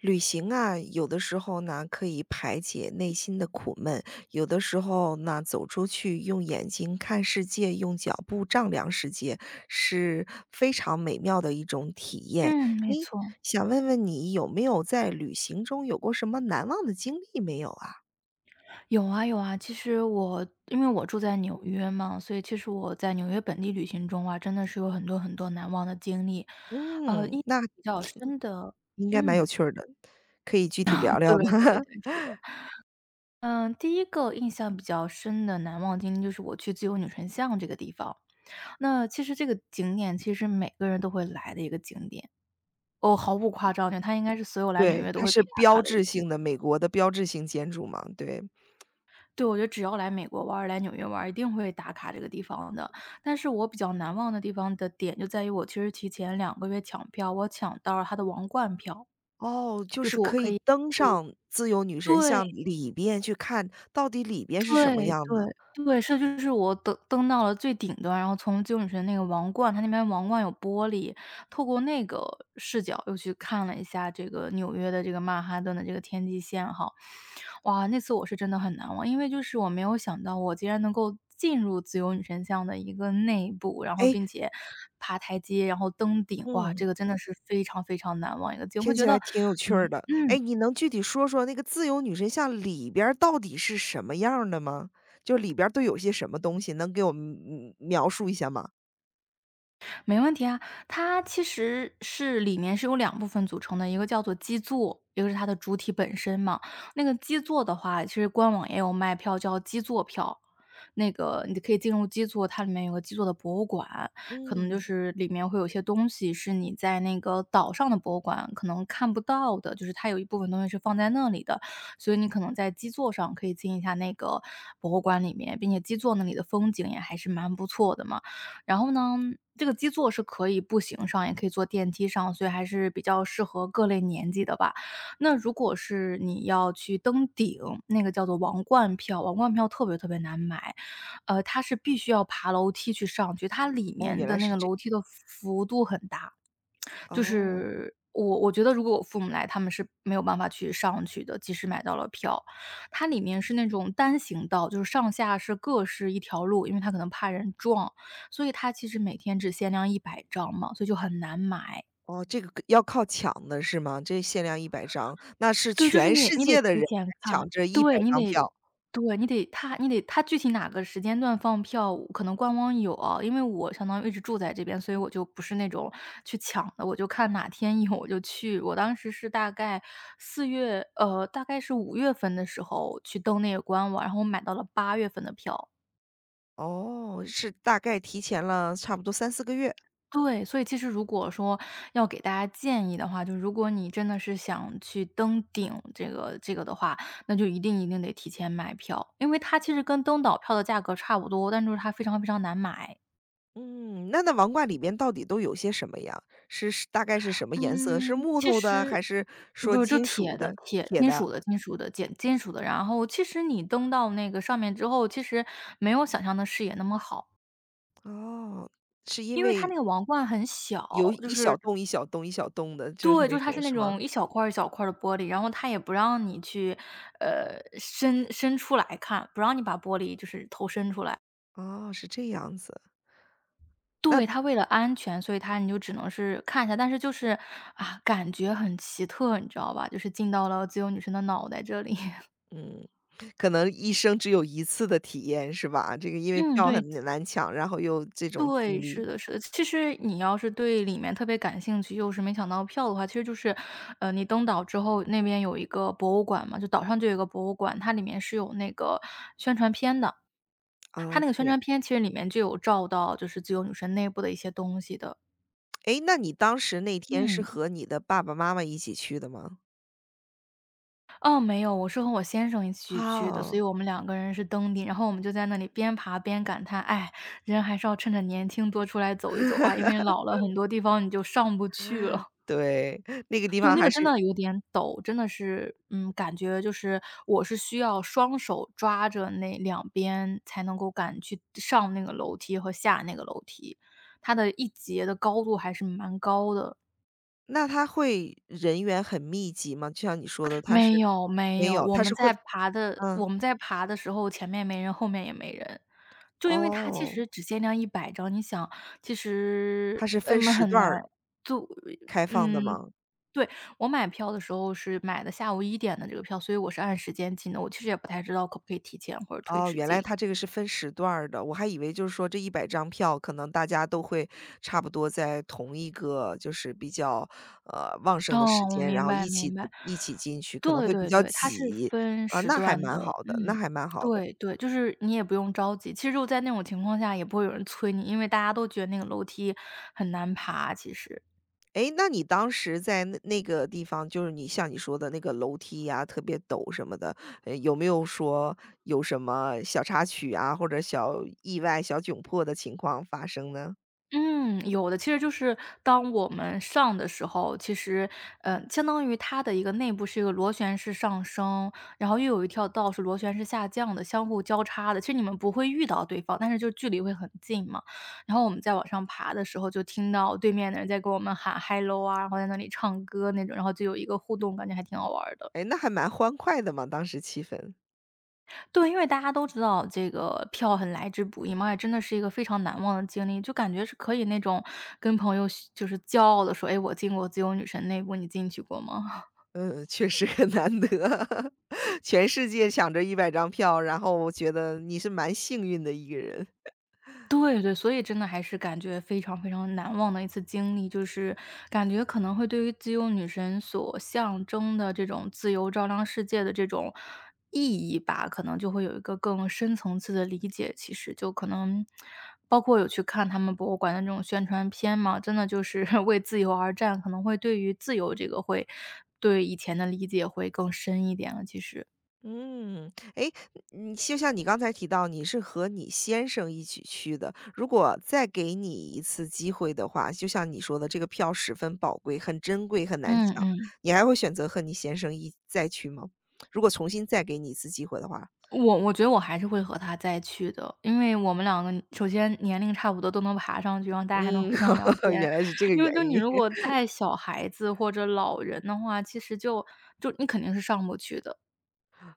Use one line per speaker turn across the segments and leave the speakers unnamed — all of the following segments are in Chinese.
旅行啊，有的时候呢可以排解内心的苦闷，有的时候呢走出去，用眼睛看世界，用脚步丈量世界，是非常美妙的一种体验。
嗯，没
诶，
错。
想问问你有没有在旅行中有过什么难忘的经历没有啊？
有啊有啊，其实因为我住在纽约嘛，所以其实我在纽约本地旅行中啊，真的是有很多很多难忘的经历。呃，
嗯，
印
那
比较深的
应该蛮有
嗯，
趣儿的，可以具体聊
对
聊吗？
对 对，是的。嗯，第一个印象比较深的难忘经历就是我去自由女神像这个地方。那其实这个景点其实每个人都会来的一个景点，哦，毫不夸张的，它应该是所有来纽
对，
约都
它
会
是
必打
标
卡的一个
志性的美国的标志性建筑嘛，对。
对，我觉得只要来美国玩儿来纽约玩儿一定会打卡这个地方的。但是我比较难忘的地方的点就在于我其实提前2个月抢票，我抢到了他的王冠票，
哦，就
就
是
是我
可
可
以
以
登上自由女神
对。
像里边去看，到底里边是什么
对
样的。
对对，是的就是我登到了最顶端，然后从金女神那个王冠，它那边王冠有玻璃，透过那个视角又去看了一下这个纽约的这个曼哈顿的这个天际线哈。哇，那次我是真的很难忘，因为就是我没有想到我竟然能够进入自由女神像的一个内部，然后
哎，
并且爬台阶，然后登顶，哇，
嗯。
这个真的是非常非常难忘一个经历，
听
会觉
起
得
来挺有趣儿
嗯
的。哎，
嗯。
你能具体说说那个自由女神像里边儿到底是什么样儿的吗？就里边儿都有些什么东西，能给我们描述一下吗？
没问题啊，它其实是里面是由两部分组成的，一个叫做基座，一个是它的主体本身嘛。那个基座的话，其实官网也有卖票叫基座票，那个你可以进入基座，它里面有个基座的博物馆，可能就
嗯。
是里面会有些东西是你在那个岛上的博物馆可能看不到的，就是它有一部分东西是放在那里的，所以你可能在基座上可以进一下那个博物馆里面，并且基座那里的风景也还是蛮不错的嘛。然后呢，这个基座是可以步行上，也可以坐电梯上，所以还是比较适合各类年纪的吧。那如果是你要去登顶，那个叫做王冠票，王冠票特别特别难买，它是必须要爬楼梯去上去，它里
哦，
面
原
的
来
那
是
个
这
楼梯的幅度很大，就
哦，
是我觉得如果我父母来，他们是没有办法去上去的，即使买到了票。它里面是那种单行道，就是上下是各是一条路，因为它可能怕人撞，所以它其实每天只限量一百张嘛，所以就很难买。
哦，这个要靠抢的是吗？这限量一百张，那是
对，就是
全
你得
世
你得
界的
提
人来
前看，
抢这一百
对，
张票。
对，你得他具体哪个时间段放票，可能官网有啊，因为我相当于一直住在这边，所以我就不是那种去抢的，我就看哪天有我就去。我当时是大概是5月份的时候去登那个官网，然后我买到了8月份的票。
哦，是大概提前了差不多三四个月。
对，所以其实如果说要给大家建议的话，就如果你真的是想去登顶这个的话，那就一定一定得提前买票，因为它其实跟登岛票的价格差不多，但就是它非常非常难买。
嗯，那王冠里面到底都有些什么呀？是大概是什么颜色？是
嗯，
木
其
头的还
实
是说
不，是，就
金属
铁的
的、
铁
铁
金
的？
属的金属的简金属的，然后其实你登到那个上面之后，其实没有想象的视野那么好，
哦，是因
因为它
为
那个王冠很小，
有
就
一小
是
洞一小洞一小洞的，就是
对，
那
就是它
种
是那
是吗？
种一小块儿一小块儿的玻璃，然后它也不让你去，伸出来看，不让你把玻璃就是头伸出来。
哦，是这样子，
对，它为了安全，所以它你就只能是看一下，但是就是，啊，感觉很奇特，你知道吧？就是进到了自由女神的脑袋这里。
嗯，可能一生只有一次的体验是吧？这个因为
嗯，
票
对，
很难抢，然后又这种
对，
经历，
是的，是的。其实你要是对里面特别感兴趣，又是没抢到票的话，其实就是，你登岛之后，那边有一个博物馆嘛，就岛上就有一个博物馆，它里面是有那个宣传片的。它
啊，
那个
这
宣
样。
传片其实里面就有照到，就是自由女神内部的一些东西的。
诶，那你当时那天是
嗯，
和你的爸爸妈妈一起去的吗？
哦，没有，我是和我先生一起去的，所
哦，
以我们2个人是登顶，然后我们就在那里边爬边感叹，哎，人还是要趁着年轻多出来走一走啊，因为老了很多地方你就上不去了。
对，那个地
对，
方
那
还
个真
是
的有点陡，真的是，嗯，感觉就是我是需要双手抓着那两边才能够敢去上那个楼梯和下那个楼梯，它的一节的高度还是蛮高的。
那它会人员很密集吗？就像你说的，它
没
是
有没
没
有，
有，
我
它
们
是会，
在爬的
嗯，
我们在爬的时候，前面没人，后面也没人。就因为它其
哦，
实只限量一百张，你想，其
它
实，
是分
你们
时
很
段
难
儿
就
开放的
嗯，
吗？
对，我买票的时候是买的下午1点的这个票，所以我是按时间进的，我其实也不太知道可不可以提前或者推
哦，
迟
原来
进。
它这个是分时段儿的，我还以为就是说这一百张票可能大家都会差不多在同一个就是比较，旺盛的时
哦，我
间，然
明
后
白
一起
明白。
一起进去，可能
对
会比
对
较
对，它是
挤，
分
啊，
时
那还
段的，
蛮好的，那
嗯，
还蛮好的。
对对，就是你也不用着急。其实就在那种情况下，也不会有人催你，因为大家都觉得那个楼梯很难爬，其实。
诶，那你当时在那那个地方，就是你像你说的那个楼梯呀，特别陡什么的，有没有说有什么小插曲啊，或者小意外、小窘迫的情况发生呢？
嗯，有的。其实就是当我们上的时候，其实，相当于它的一个内部是一个螺旋式上升，然后又有一条道是螺旋式下降的，相互交叉的。其实你们不会遇到对方，但是就距离会很近嘛。然后我们再往上爬的时候，就听到对面的人在跟我们喊 hello 啊，然后在那里唱歌那种，然后就有一个互动，感觉还挺好玩儿的。
诶，那还蛮欢快的嘛，当时气氛。
对，因为大家都知道这个票很来之不易嘛，也真的是一个非常难忘的经历，就感觉是可以那种跟朋友就是骄傲的说：“哎，我进过自由女神内部，你进去过吗？”
嗯，确实很难得，全世界抢着100张票，然后我觉得你是蛮幸运的一个人。
对对，所以真的还是感觉非常非常难忘的一次经历，就是感觉可能会对于自由女神所象征的这种自由照亮世界的这种意义吧，可能就会有一个更深层次的理解。其实就可能包括有去看他们博物馆的这种宣传片嘛，真的就是 为自由而战，可能会对于自由这个会对以前的理解会更深一点了。其实，
嗯，诶，你就像你刚才提到，你是和你先生一起去的。如果再给你一次机会的话，就像你说的，这个票十分宝贵，很珍贵，很难
嗯
抢，
嗯。
你还会选择和你先生一再去吗？如果重新再给你一次机会的话，
我觉得我还是会和他再去的，因为我们两个首先年龄差不多，都能爬上去，然后大家还能
嗯，
互相聊 天。
原来是这个
因为
原
就你
因，
如果带小孩子或者老人的话，其实就你肯定是上不去的。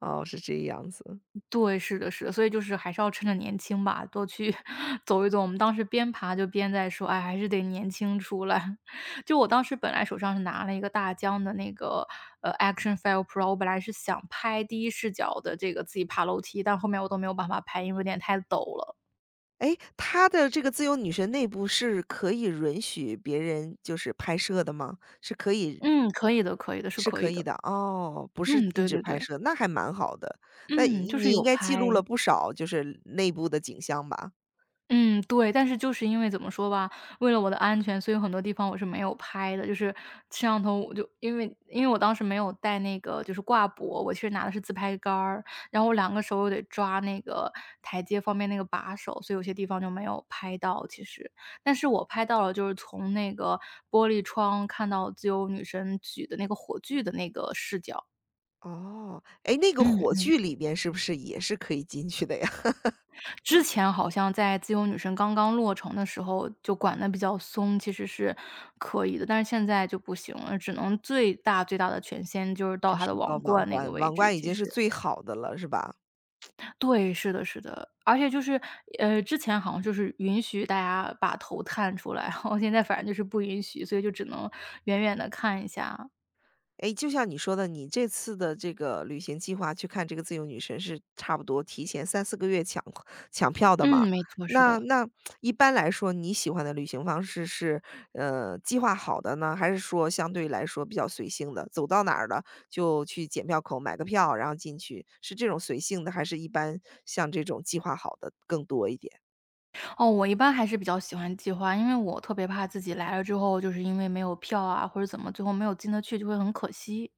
哦，是这样子。
对，是的是的，所以就是还是要趁着年轻吧，多去 走一走。我们当时边爬就边在说，哎，还是得年轻出来。就我当时本来手上是拿了一个大疆的那个，Action File Pro，我本来是想拍第一视角的这个自己爬楼梯，但后面我都没有办法拍，因为有点太陡了。
哎，他的这个自由女神内部是可以允许别人就是拍摄的吗？是可以
嗯，可以的可以的，是
是
可
可
以
以
的。
的，哦，不是
嗯，
禁
对
止
对
拍
对，
摄，那还蛮好的。那
嗯，
你
就是
你应
有
该记录了
拍。
不少就是内部的景象吧？
嗯，对，但是就是因为怎么说吧，为了我的安全，所以有很多地方我是没有拍的，就是摄像头我就因为我当时没有带那个就是挂脖，我其实拿的是自拍杆儿，然后我两个手又得抓那个台阶方面那个把手，所以有些地方就没有拍到其实。但是我拍到了就是从那个玻璃窗看到自由女神举的那个火炬的那个视角。
哦，哎，那个火
嗯。
炬里边是不是也是可以进去的呀？
之前好像在《自由女神》刚刚落成的时候就管得比较松，其实是可以的，但是现在就不行了，只能最大最大的权限就是到
就
他的
是
王
到网
冠那个
关，
位
网
置，
关已
其
经
实。
是最好的了，是吧？
对，是的是的，而且就是，之前好像就是允许大家把头探出来，然后现在反正就是不允许，所以就只能远远的看一下。
哎，就像你说的，你这次的这个旅行计划去看这个《自由女神》是差不多提前三四个月抢票的嘛。
嗯，没错，是
那
的。
那一般来说，你喜欢的旅行方式是，计划好的呢，还是说相对来说比较随性的，走到哪儿了就去检票口买个票，然后进去，是这种随性的，还是一般像这种计划好的更多一点？
哦，我一般还是比较喜欢计划，因为我特别怕自己来了之后，就是因为没有票啊，或者怎么，最后没有进得去就会很可惜。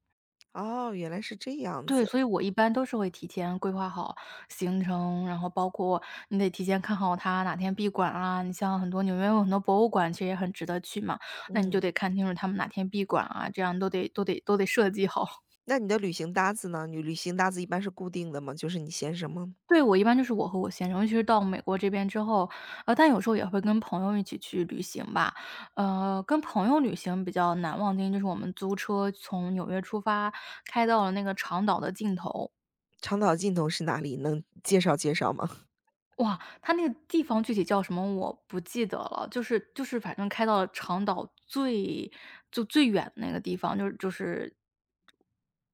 哦，原来是这样
对，
子，
所以我一般都是会提前规划好行程，然后包括你得提前看好它哪天闭馆啊。你像很多纽约有很多博物馆，其实也很值得去嘛，那你就
嗯。
得看清楚他们哪天闭馆啊，这样都得设计好。
那你的旅行搭子呢？你旅行搭子一般是固定的吗？就是你先生吗？
对，我一般就是我和我先生，尤其是到美国这边之后，但有时候也会跟朋友一起去旅行吧。跟朋友旅行比较难忘的经历就是我们租车从纽约出发，开到了那个长岛的尽头。
长岛尽头是哪里？能介绍介绍吗？
哇，它那个地方具体叫什么我不记得了，就是反正开到了长岛最就最远的那个地方，就是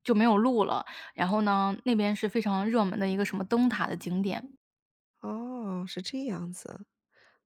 就没有路了。然后呢，那边是非常热门的一个什么灯塔的景点，
哦，是这样子。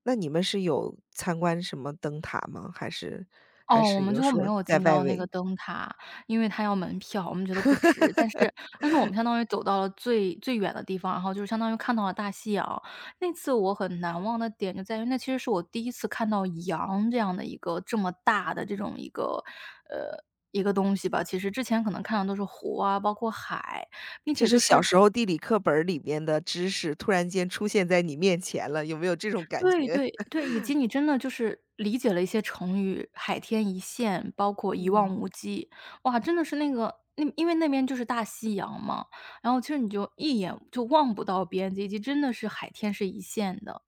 那你们是有参观什么灯塔吗？还是还
哦，我
是
们
有
最后没
说
有
在
进
外
到那个
围，
灯塔，因为它要门票，我们觉得不值。但是我们相当于走到了最最远的地方，然后就是相当于看到了大西洋。那次我很难忘的点就在于，那其实是我第一次看到羊这样的一个这么大的这种一个呃，一个东西吧。其实之前可能看的都是湖啊，包括海，并
就
且
是
就
小
是。
时候地理课本儿里面的知识突然间出现在你面前了，有没有这种感
对
觉？
对对，以及你真的就是理解了一些成语，"海天一线"，包括"一望
嗯，
无际"。哇，真的是那个那因为那边就是大西洋嘛，然后其实你就一眼就望不到边际，以及真的是海天是一线的。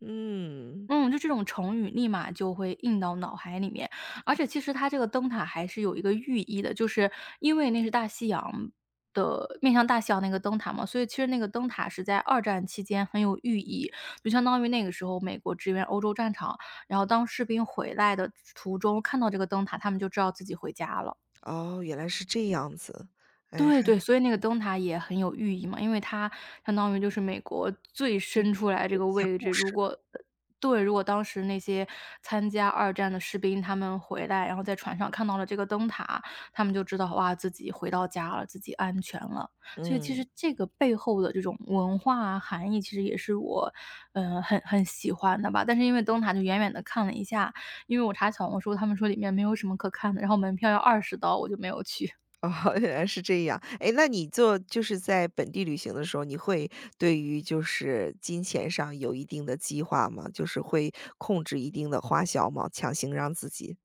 嗯，
嗯，就这种成语立马就会印到脑海里面，而且其实它这个灯塔还是有一个寓意的，就是因为那是大西洋的面向大西洋那个灯塔嘛，所以其实那个灯塔是在二战期间很有寓意，就相当于那个时候美国支援欧洲战场，然后当士兵回来的途中看到这个灯塔，他们就知道自己回家了。
哦，原来是这样子。哎，
对对，所以那个灯塔也很有寓意嘛，因为它相当于就是美国最
其实
伸
还
出
是
来这
有
个
一些
位
故
置，
事
对，如果当时那些参加二战的士兵他们回来，然后在船上看到了这个灯塔，他们就知道哇，自己回到家了，自己安全了。
的，
所以其
嗯。
实这个背后的这种文化啊含义，其实也是我，很喜欢的吧。但是因为灯塔就远远的看了一下，因为我查小红书，他们说里面没有什么可看的，然后门票要20刀，我就没有去。
哦，原来是这样。哎，那你做就是在本地旅行的时候，你会对于就是金钱上有一定的计划吗？就是会控制一定的花销吗？强行让自己？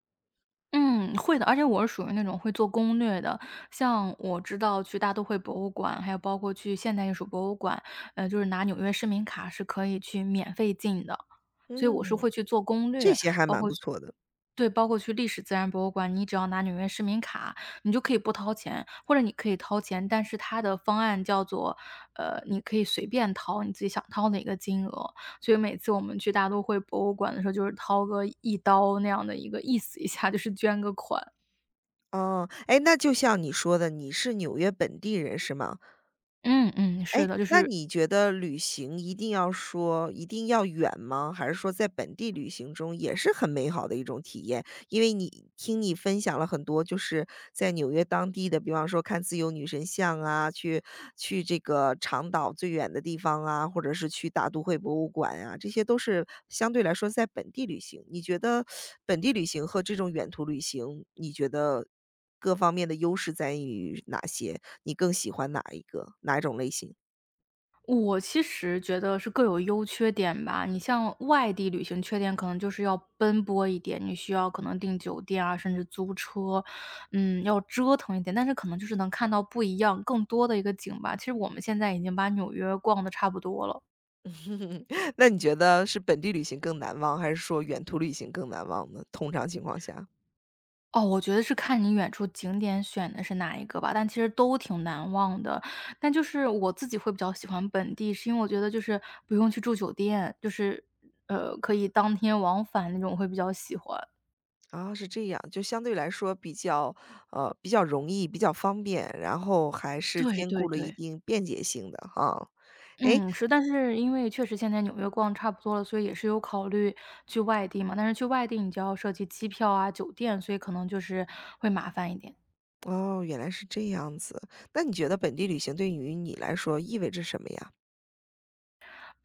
嗯，会的，而且我是属于那种会做攻略的。像我知道去大都会博物馆，还有包括去现代艺术博物馆，就是拿纽约市民卡是可以去免费进的，所以我是
嗯。
会去做攻
这
略，
些还
包
蛮
括
不
去
错的。
对，包括去历史自然博物馆，你只要拿纽约市民卡，你就可以不掏钱，或者你可以掏钱，但是它的方案叫做，你可以随便掏你自己想掏哪个金额，所以每次我们去大都会博物馆的时候，就是掏个1刀那样的一个意思一下，就是捐个款。
哦，哎，那就像你说的，你是纽约本地人是吗？
嗯嗯，是
哎，
的，就
那
是。
你觉得旅行一定要说一定要远吗？还是说在本地旅行中也是很美好的一种体验？因为你听你分享了很多，就是在纽约当地的，比方说看自由女神像啊，去这个长岛最远的地方啊，或者是去大都会博物馆啊，这些都是相对来说在本地旅行。你觉得本地旅行和这种远途旅行，你觉得各方面的优势在于哪些？你更喜欢哪一个？哪一种类型？
我其实觉得是各有优缺点吧。你像外地旅行，缺点可能就是要奔波一点，你需要可能订酒店啊，甚至租车，要折腾一点。但是可能就是能看到不一样、更多的一个景吧。其实我们现在已经把纽约逛的差不多了。
嗯，那你觉得是本地旅行更难忘，还是说远途旅行更难忘呢？通常情况下。
哦，我觉得是看你远处景点选的是哪一个吧，但其实都挺难忘的。但就是我自己会比较喜欢本地，是因为我觉得就是不用去住酒店，就是可以当天往返那种我会比较喜欢。
啊，是这样，就相对来说比较容易，比较方便，然后还是
对
兼
对
顾了一
对。
定便捷性的哈。诶，
嗯，是，但是因为确实现在纽约逛差不多了，所以也是有考虑去外地嘛，但是去外地你就要涉及机票啊、酒店，所以可能就是会麻烦一点。
哦，原来是这样子。那你觉得本地旅行对于你来说意味着什么呀？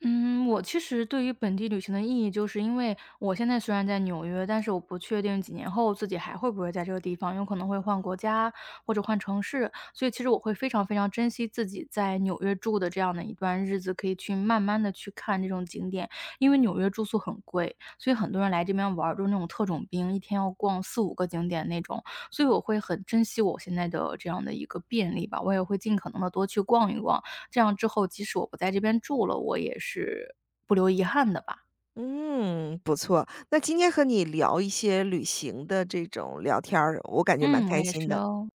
嗯，我其实对于本地旅行的意义，就是因为我现在虽然在纽约，但是我不确定几年后自己还会不会在这个地方，有可能会换国家或者换城市，所以其实我会非常非常珍惜自己在纽约住的这样的一段日子，可以去慢慢的去看这种景点。因为纽约住宿很贵，所以很多人来这边玩儿都是那种特种兵，一天要逛四五个景点那种，所以我会很珍惜我现在的这样的一个便利吧，我也会尽可能的多去逛一逛，这样之后，即使我不在这边住了，我也是不留遗憾的吧。
嗯，不错。那今天和你聊一些旅行的这种聊天儿，我感觉蛮
嗯，我
开
也
心
是
的。
哦。